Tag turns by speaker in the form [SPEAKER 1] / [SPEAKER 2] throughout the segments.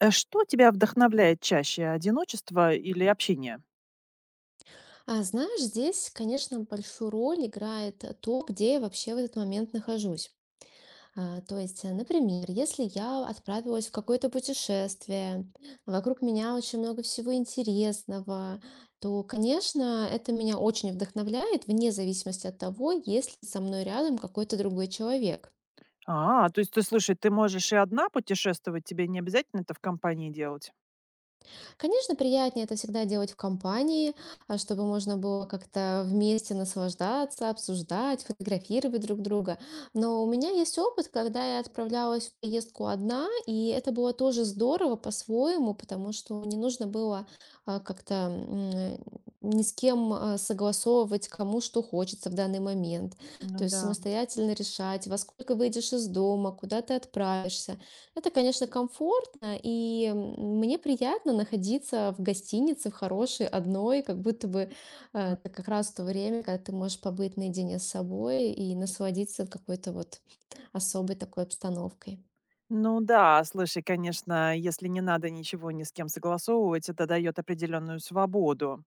[SPEAKER 1] Э, что тебя вдохновляет чаще, одиночество или общение?
[SPEAKER 2] А знаешь, здесь, конечно, большую роль играет то, где я вообще в этот момент нахожусь. То есть, например, если я отправилась в какое-то путешествие, вокруг меня очень много всего интересного, то, конечно, это меня очень вдохновляет, вне зависимости от того, есть ли со мной рядом какой-то другой человек.
[SPEAKER 1] То есть ты, слушай, ты можешь и одна путешествовать, тебе не обязательно это в компании делать?
[SPEAKER 2] Конечно, приятнее это всегда делать в компании, чтобы можно было как-то вместе наслаждаться, обсуждать, фотографировать друг друга. Но у меня есть опыт, когда я отправлялась в поездку одна, и это было тоже здорово по-своему, потому что не нужно было как-то ни с кем согласовывать, кому что хочется в данный момент.
[SPEAKER 1] Ну
[SPEAKER 2] То есть
[SPEAKER 1] да.
[SPEAKER 2] самостоятельно решать, во сколько выйдешь из дома, куда ты отправишься. Это, конечно, комфортно, и мне приятно находиться в гостинице, в хорошей одной, как будто бы это как раз то время, когда ты можешь побыть наедине с собой и насладиться какой-то вот особой такой обстановкой.
[SPEAKER 1] Ну да, слушай, конечно, если не надо ничего ни с кем согласовывать, это дает определенную свободу.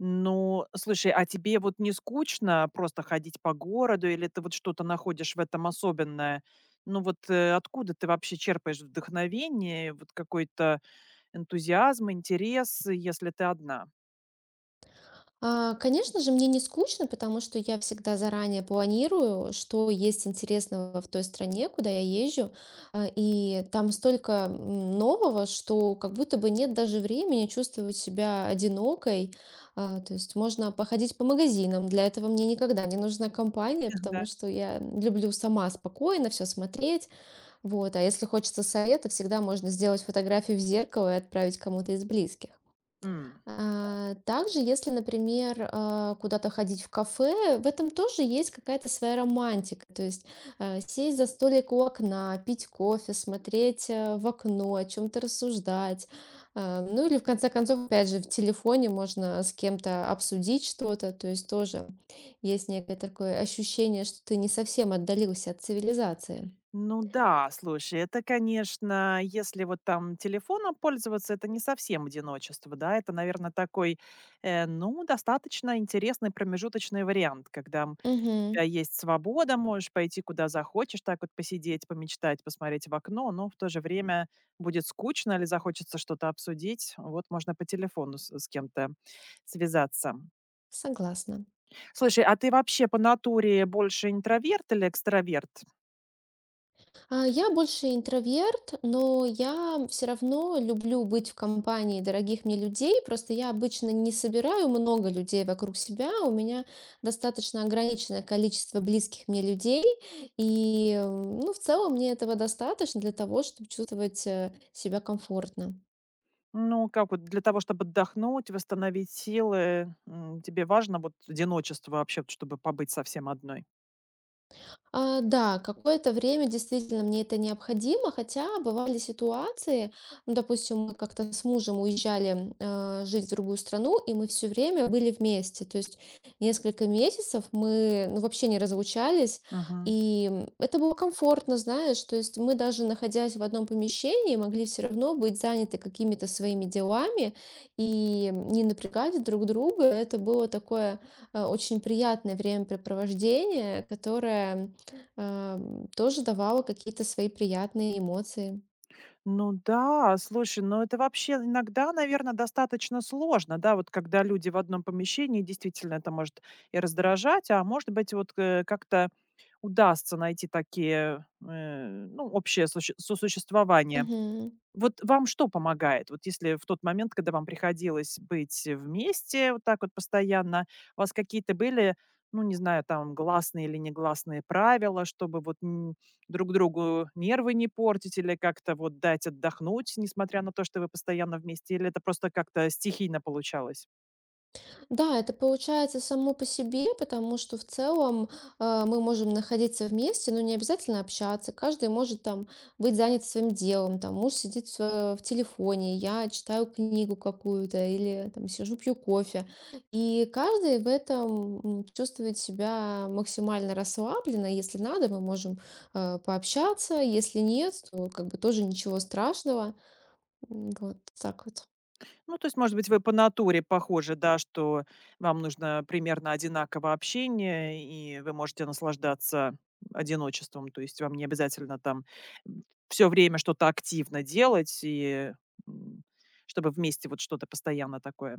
[SPEAKER 1] Ну, слушай, а тебе вот не скучно просто ходить по городу или ты вот что-то находишь в этом особенное? Ну вот э, откуда ты вообще черпаешь вдохновение, вот какой-то энтузиазм, интерес, если ты одна?
[SPEAKER 2] Конечно же, мне не скучно, потому что я всегда заранее планирую, что есть интересного в той стране, куда я езжу, и там столько нового, что как будто бы нет даже времени чувствовать себя одинокой. То есть можно походить по магазинам. Для этого мне никогда не нужна компания, потому
[SPEAKER 1] Да.
[SPEAKER 2] что я люблю сама спокойно все смотреть. Вот. А если хочется совета, всегда можно сделать фотографию в зеркало и отправить кому-то из близких.
[SPEAKER 1] М.
[SPEAKER 2] Также, если, например, куда-то ходить в кафе, в этом тоже есть какая-то своя романтика. То есть сесть за столик у окна, пить кофе, смотреть в окно, о чем-то рассуждать. Ну или в конце концов, опять же, в телефоне можно с кем-то обсудить что-то. То есть тоже есть некое такое ощущение, что ты не совсем отдалился от цивилизации.
[SPEAKER 1] Ну да, слушай, это, конечно, если вот там телефоном пользоваться, это не совсем одиночество, да, это, наверное, такой, ну, достаточно интересный промежуточный вариант, когда у
[SPEAKER 2] Мгм.
[SPEAKER 1] тебя есть свобода, можешь пойти куда захочешь, так вот посидеть, помечтать, посмотреть в окно, но в то же время будет скучно или захочется что-то обсудить, вот можно по телефону с кем-то связаться.
[SPEAKER 2] Согласна.
[SPEAKER 1] Слушай, а ты вообще по натуре больше интроверт или экстраверт?
[SPEAKER 2] Я больше интроверт, но я все равно люблю быть в компании дорогих мне людей. Просто я обычно не собираю много людей вокруг себя. У меня достаточно ограниченное количество близких мне людей. И, ну, в целом мне этого достаточно для того, чтобы чувствовать себя комфортно.
[SPEAKER 1] Ну, как вот для того, чтобы отдохнуть, восстановить силы, тебе важно вот одиночество вообще, вот чтобы побыть совсем одной?
[SPEAKER 2] Да, какое-то время действительно мне это необходимо, хотя бывали ситуации, ну, допустим, мы как-то с мужем уезжали жить в другую страну, и мы все время были вместе, то есть несколько месяцев мы ну, вообще не разлучались,
[SPEAKER 1] Мгм.
[SPEAKER 2] и это было комфортно, знаешь, то есть мы даже находясь в одном помещении, могли все равно быть заняты какими-то своими делами и не напрягать друг друга, это было такое очень приятное времяпрепровождение, которое тоже давала какие-то свои приятные эмоции.
[SPEAKER 1] Ну да, слушай, ну это вообще иногда, наверное, достаточно сложно, да, вот когда люди в одном помещении, действительно это может и раздражать, а может быть вот как-то удастся найти такие, ну, общее сосуществование.
[SPEAKER 2] Мгм.
[SPEAKER 1] Вот вам что помогает? Вот если в тот момент, когда вам приходилось быть вместе вот так вот постоянно, у вас какие-то были, ну, не знаю, там, гласные или негласные правила, чтобы вот друг другу нервы не портить или как-то вот дать отдохнуть, несмотря на то, что вы постоянно вместе, или это просто как-то стихийно получалось?
[SPEAKER 2] Да, это получается само по себе, потому что в целом, мы можем находиться вместе, но не обязательно общаться. Каждый может там быть занят своим делом. Там муж сидит в телефоне, я читаю книгу какую-то или там сижу пью кофе. И каждый в этом чувствует себя максимально расслабленно. Если надо, мы можем пообщаться. Если нет, то как бы тоже ничего страшного. Вот так вот.
[SPEAKER 1] Ну, то есть, может быть, вы по натуре похожи, да, что вам нужно примерно одинаково общение, и вы можете наслаждаться одиночеством. То есть вам не обязательно там все время что-то активно делать, и м, чтобы вместе вот что-то постоянно такое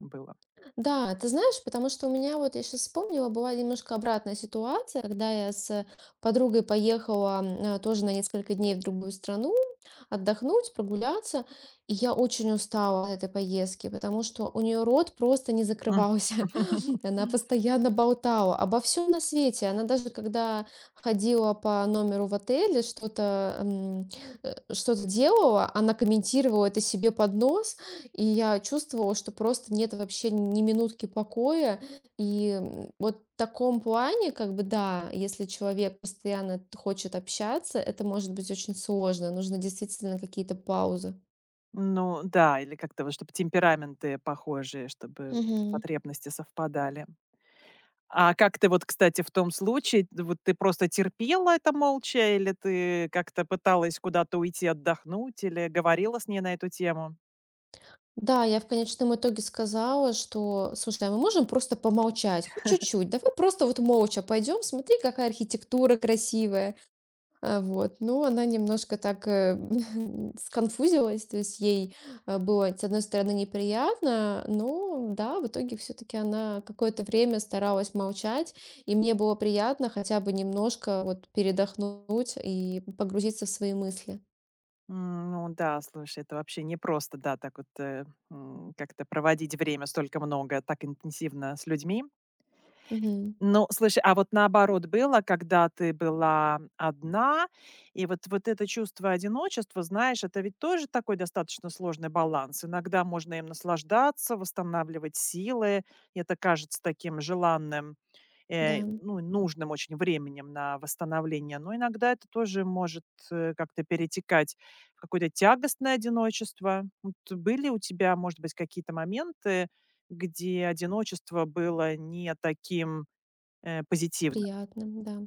[SPEAKER 1] было.
[SPEAKER 2] Да, ты знаешь, потому что у меня вот, я сейчас вспомнила, была немножко обратная ситуация, когда я с подругой поехала тоже на несколько дней в другую страну отдохнуть, прогуляться, и я очень устала от этой поездки, потому что у нее рот просто не
[SPEAKER 1] Мгм.
[SPEAKER 2] закрывался. Она постоянно болтала обо всем на свете. Она даже когда ходила по номеру в отеле, что-то делала, она комментировала это себе под нос. И я чувствовала, что просто нет вообще ни минутки покоя. И, вот в таком плане, как бы, да, если человек постоянно хочет общаться, это может быть очень сложно. Нужно действительно какие-то паузы.
[SPEAKER 1] Ну да, или как-то вот, чтобы темпераменты похожие, чтобы вот эти
[SPEAKER 2] Мгм.
[SPEAKER 1] потребности совпадали. А как ты вот, кстати, в том случае, вот ты просто терпела это молча, или ты как-то пыталась куда-то уйти отдохнуть, или говорила с ней на эту тему?
[SPEAKER 2] Да, я в конечном итоге сказала, что, слушай, а мы можем просто помолчать, хоть чуть-чуть. Давай просто вот молча пойдем, смотри, какая архитектура красивая. Вот, но она немножко так, сконфузилась, то есть ей, было, с одной стороны, неприятно, но да, в итоге все таки она какое-то время старалась молчать, и мне было приятно хотя бы немножко вот передохнуть и погрузиться в свои мысли.
[SPEAKER 1] М. Ну да, слушай, это вообще непросто, да, так вот как-то проводить время столько много, так интенсивно с людьми.
[SPEAKER 2] Мгм.
[SPEAKER 1] Ну, слушай, а вот наоборот было, когда ты была одна, и вот это чувство одиночества, знаешь, это ведь тоже такой достаточно сложный баланс. Иногда можно им наслаждаться, восстанавливать силы. И это кажется таким желанным,
[SPEAKER 2] Да,
[SPEAKER 1] ну, нужным очень временем на восстановление. Но иногда это тоже может как-то перетекать в какое-то тягостное одиночество. Вот были у тебя, может быть, какие-то моменты, где одиночество было не таким позитивно.
[SPEAKER 2] приятно, да.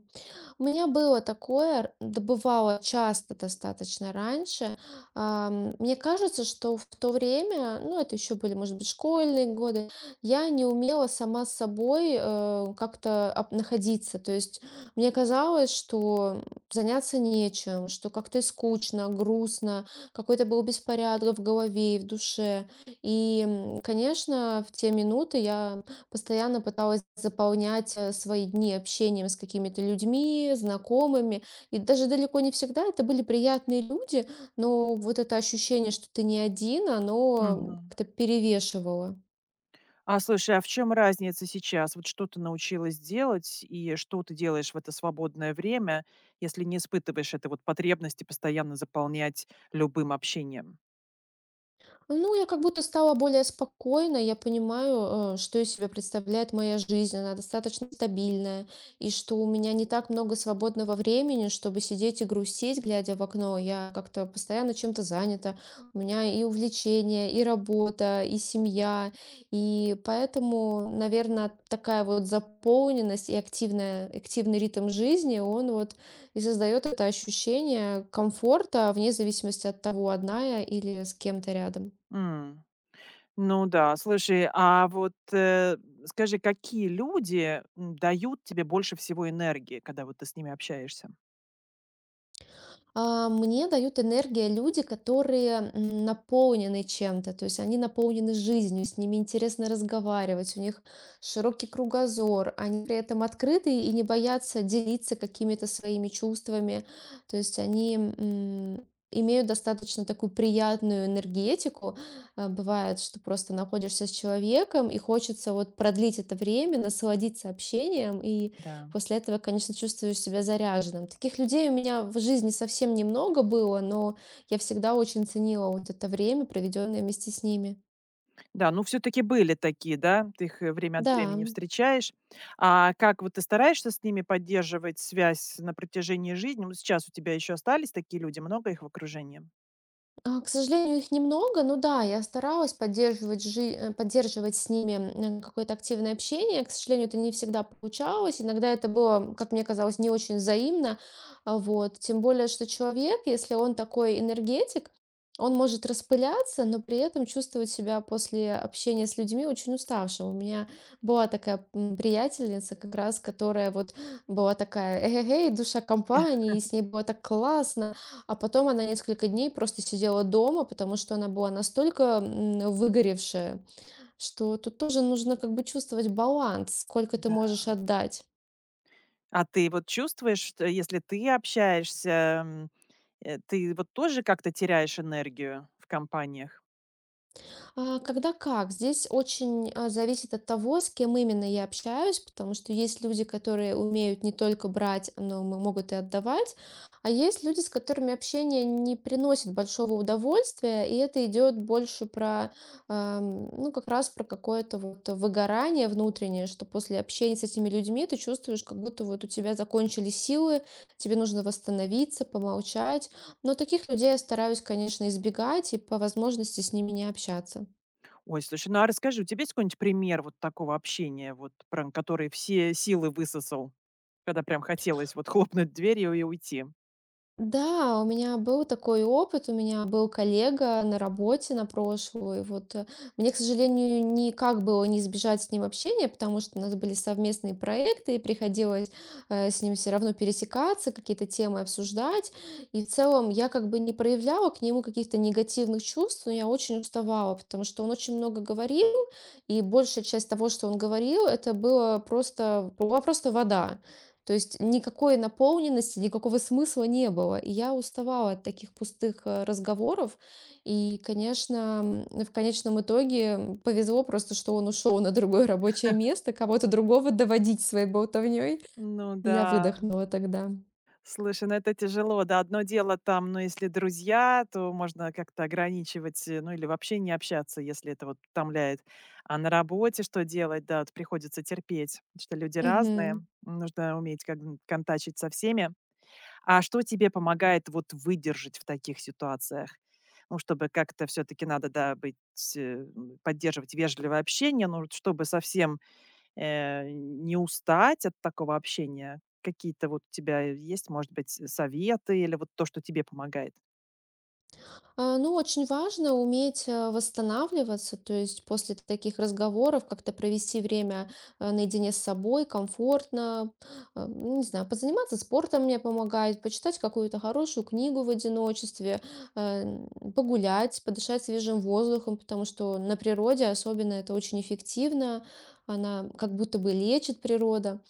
[SPEAKER 2] У меня было такое, да бывало часто достаточно раньше. Мне кажется, что в то время, ну, это еще были, может быть, школьные годы, я не умела сама с собой как-то находиться. То есть мне казалось, что заняться нечем, что как-то и скучно, грустно, какой-то был беспорядок в голове и в душе. И, конечно, в те минуты я постоянно пыталась заполнять свои дни общением с какими-то людьми, знакомыми. И даже далеко не всегда это были приятные люди, но вот это ощущение, что ты не один, оно
[SPEAKER 1] Мгм.
[SPEAKER 2] как-то перевешивало.
[SPEAKER 1] А слушай, а в чем разница сейчас? Вот что ты научилась делать и что ты делаешь в это свободное время, если не испытываешь этой вот потребности постоянно заполнять любым общением?
[SPEAKER 2] Ну, я как будто стала более спокойной. Я понимаю, что из себя представляет моя жизнь. Она достаточно стабильная. И что у меня не так много свободного времени, чтобы сидеть и грустить, глядя в окно. Я как-то постоянно чем-то занята. У меня и увлечение, и работа, и семья. И поэтому, наверное, такая вот заполненность и активный ритм жизни, он вот и создает это ощущение комфорта вне зависимости от того, одна я или с кем-то рядом.
[SPEAKER 1] М. Ну да, слушай, а вот, скажи, какие люди, дают тебе больше всего энергии, когда вот ты с ними общаешься?
[SPEAKER 2] Мне дают энергия люди, которые наполнены чем-то, то есть они наполнены жизнью, с ними интересно разговаривать, у них широкий кругозор, они при этом открыты и не боятся делиться какими-то своими чувствами, то есть они имеют достаточно такую приятную энергетику. Бывает, что просто находишься с человеком и хочется вот продлить это время, насладиться общением, и
[SPEAKER 1] Да.
[SPEAKER 2] после этого, конечно, чувствую себя заряженным. Таких людей у меня в жизни совсем немного было, но я всегда очень ценила вот это время, проведенное вместе с ними.
[SPEAKER 1] Да, ну все таки были такие, да? Ты их, время от
[SPEAKER 2] Да.
[SPEAKER 1] времени встречаешь. А как вот ты стараешься с ними поддерживать связь на протяжении жизни? Ну сейчас у тебя еще остались такие люди, много их в окружении?
[SPEAKER 2] К сожалению, их немного. Ну да, я старалась поддерживать с ними какое-то активное общение. К сожалению, это не всегда получалось. Иногда это было, как мне казалось, не очень взаимно. Вот. Тем более, что человек, если он такой энергетик, он может распыляться, но при этом чувствовать себя после общения с людьми очень уставшим. У меня была такая приятельница, как раз, которая вот была такая, душа компании, и с ней было так классно, а потом она несколько дней просто сидела дома, потому что она была настолько, выгоревшая, что тут тоже нужно как бы чувствовать баланс, сколько ты
[SPEAKER 1] Да.
[SPEAKER 2] можешь отдать.
[SPEAKER 1] А ты вот чувствуешь, что если ты общаешься, м, ты вот тоже как-то теряешь энергию в компаниях?
[SPEAKER 2] Когда как? Здесь очень, зависит от того, с кем именно я общаюсь, потому что есть люди, которые умеют не только брать, но могут и отдавать, а есть люди, с которыми общение не приносит большого удовольствия, и это идет больше про, ну, как раз про какое-то вот выгорание внутреннее, что после общения с этими людьми ты чувствуешь, как будто вот у тебя закончились силы, тебе нужно восстановиться, помолчать. Но таких людей я стараюсь, конечно, избегать и по возможности с ними не общаться.
[SPEAKER 1] Ой, слушай, ну а расскажи, у тебя есть какой-нибудь пример вот такого общения, вот прям который все силы высосал, когда прям хотелось вот хлопнуть дверью и уйти?
[SPEAKER 2] Да, у меня был такой опыт, у меня был коллега на работе на прошлую. Вот, мне, к сожалению, никак было не избежать с ним общения, потому что у нас были совместные проекты, и приходилось с ним все равно пересекаться, какие-то темы обсуждать. И в целом я как бы не проявляла к нему каких-то негативных чувств, но я очень уставала, потому что он очень много говорил, и большая часть того, что он говорил, была просто вода. То есть никакой наполненности, никакого смысла не было. И я уставала от таких пустых разговоров. И, конечно, в конечном итоге повезло просто, что он ушел на другое рабочее место, кого-то другого доводить своей болтовней.
[SPEAKER 1] Ну
[SPEAKER 2] И я
[SPEAKER 1] да.
[SPEAKER 2] выдохнула тогда.
[SPEAKER 1] Слушай, ну это тяжело, да. Одно дело там, ну, если друзья, то можно как-то ограничивать, ну, или вообще не общаться, если это вот утомляет. А на работе что делать? Да, вот приходится терпеть, потому что люди разные,
[SPEAKER 2] Мгм.
[SPEAKER 1] нужно уметь как бы контачить со всеми. А что тебе помогает вот выдержать в таких ситуациях? Ну, чтобы как-то все-таки надо, да, быть, э, поддерживать вежливое общение, ну, вот чтобы совсем не устать от такого общения? Какие-то вот у тебя есть, может быть, советы или вот то, что тебе помогает?
[SPEAKER 2] Ну, очень важно уметь восстанавливаться, то есть после таких разговоров как-то провести время наедине с собой, комфортно, ну, не знаю, позаниматься спортом мне помогает, почитать какую-то хорошую книгу в одиночестве, э, погулять, подышать свежим воздухом, потому что на природе особенно это очень эффективно, она как будто бы лечит природа.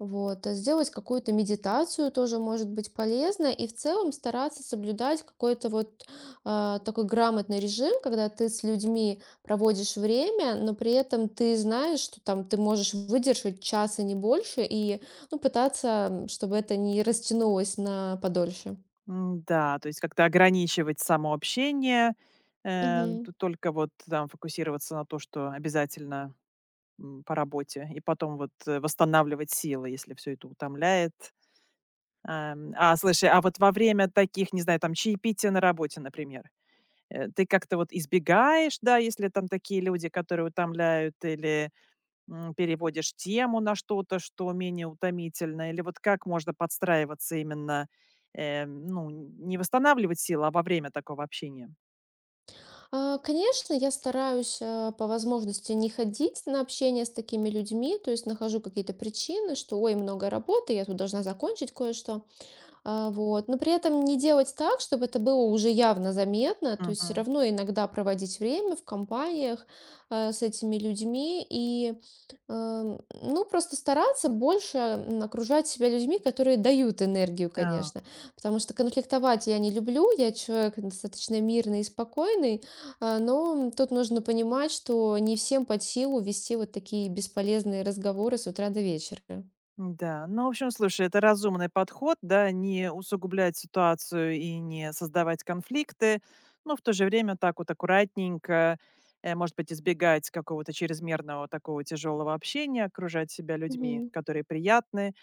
[SPEAKER 2] Вот, а сделать какую-то медитацию тоже может быть полезно, и в целом стараться соблюдать какой-то вот такой грамотный режим, когда ты с людьми проводишь время, но при этом ты знаешь, что там ты можешь выдержать час и не больше, и ну, пытаться, чтобы это не растянулось на подольше.
[SPEAKER 1] М-да, то есть как-то ограничивать само общение, э,
[SPEAKER 2] Мгм.
[SPEAKER 1] т только вот там фокусироваться на то, что обязательно, по работе, и потом вот, восстанавливать силы, если все это утомляет. Ам, а, слушай, а вот во время таких, не знаю, там, чаепития на работе, например, ты как-то вот избегаешь, да, если там такие люди, которые утомляют, или, переводишь тему на что-то, что менее утомительно? Или вот как можно подстраиваться именно, ну, не восстанавливать силы, а во время такого общения?
[SPEAKER 2] Конечно, я стараюсь по возможности не ходить на общение с такими людьми, то есть нахожу какие-то причины, что ой, много работы, я тут должна закончить кое-что. Вот. Но при этом не делать так, чтобы это было уже явно заметно, то есть всё
[SPEAKER 1] Мгм.
[SPEAKER 2] равно иногда проводить время в компаниях, с этими людьми и, ну, просто стараться больше, окружать себя людьми, которые дают энергию,
[SPEAKER 1] А,
[SPEAKER 2] конечно. Потому что конфликтовать я не люблю, я человек достаточно мирный и спокойный, но тут нужно понимать, что не всем под силу вести вот такие бесполезные разговоры с утра до вечера.
[SPEAKER 1] да. Ну, в общем, слушай, это разумный подход, да, не усугублять ситуацию и не создавать конфликты, но в то же время так вот аккуратненько, может быть, избегать какого-то чрезмерного такого тяжелого общения, окружать себя людьми,
[SPEAKER 2] Мгм.
[SPEAKER 1] которые приятны.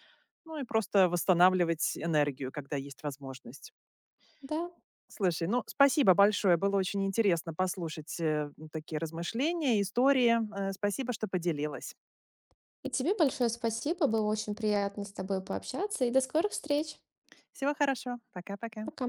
[SPEAKER 1] Ну и просто восстанавливать энергию, когда есть возможность.
[SPEAKER 2] Да.
[SPEAKER 1] Слушай, ну спасибо большое. Было очень интересно послушать такие размышления, истории. Э, Спасибо, что поделилась.
[SPEAKER 2] И тебе большое спасибо. Было очень приятно с тобой пообщаться. И до скорых встреч.
[SPEAKER 1] Всего хорошего. Пока-пока.
[SPEAKER 2] Пока.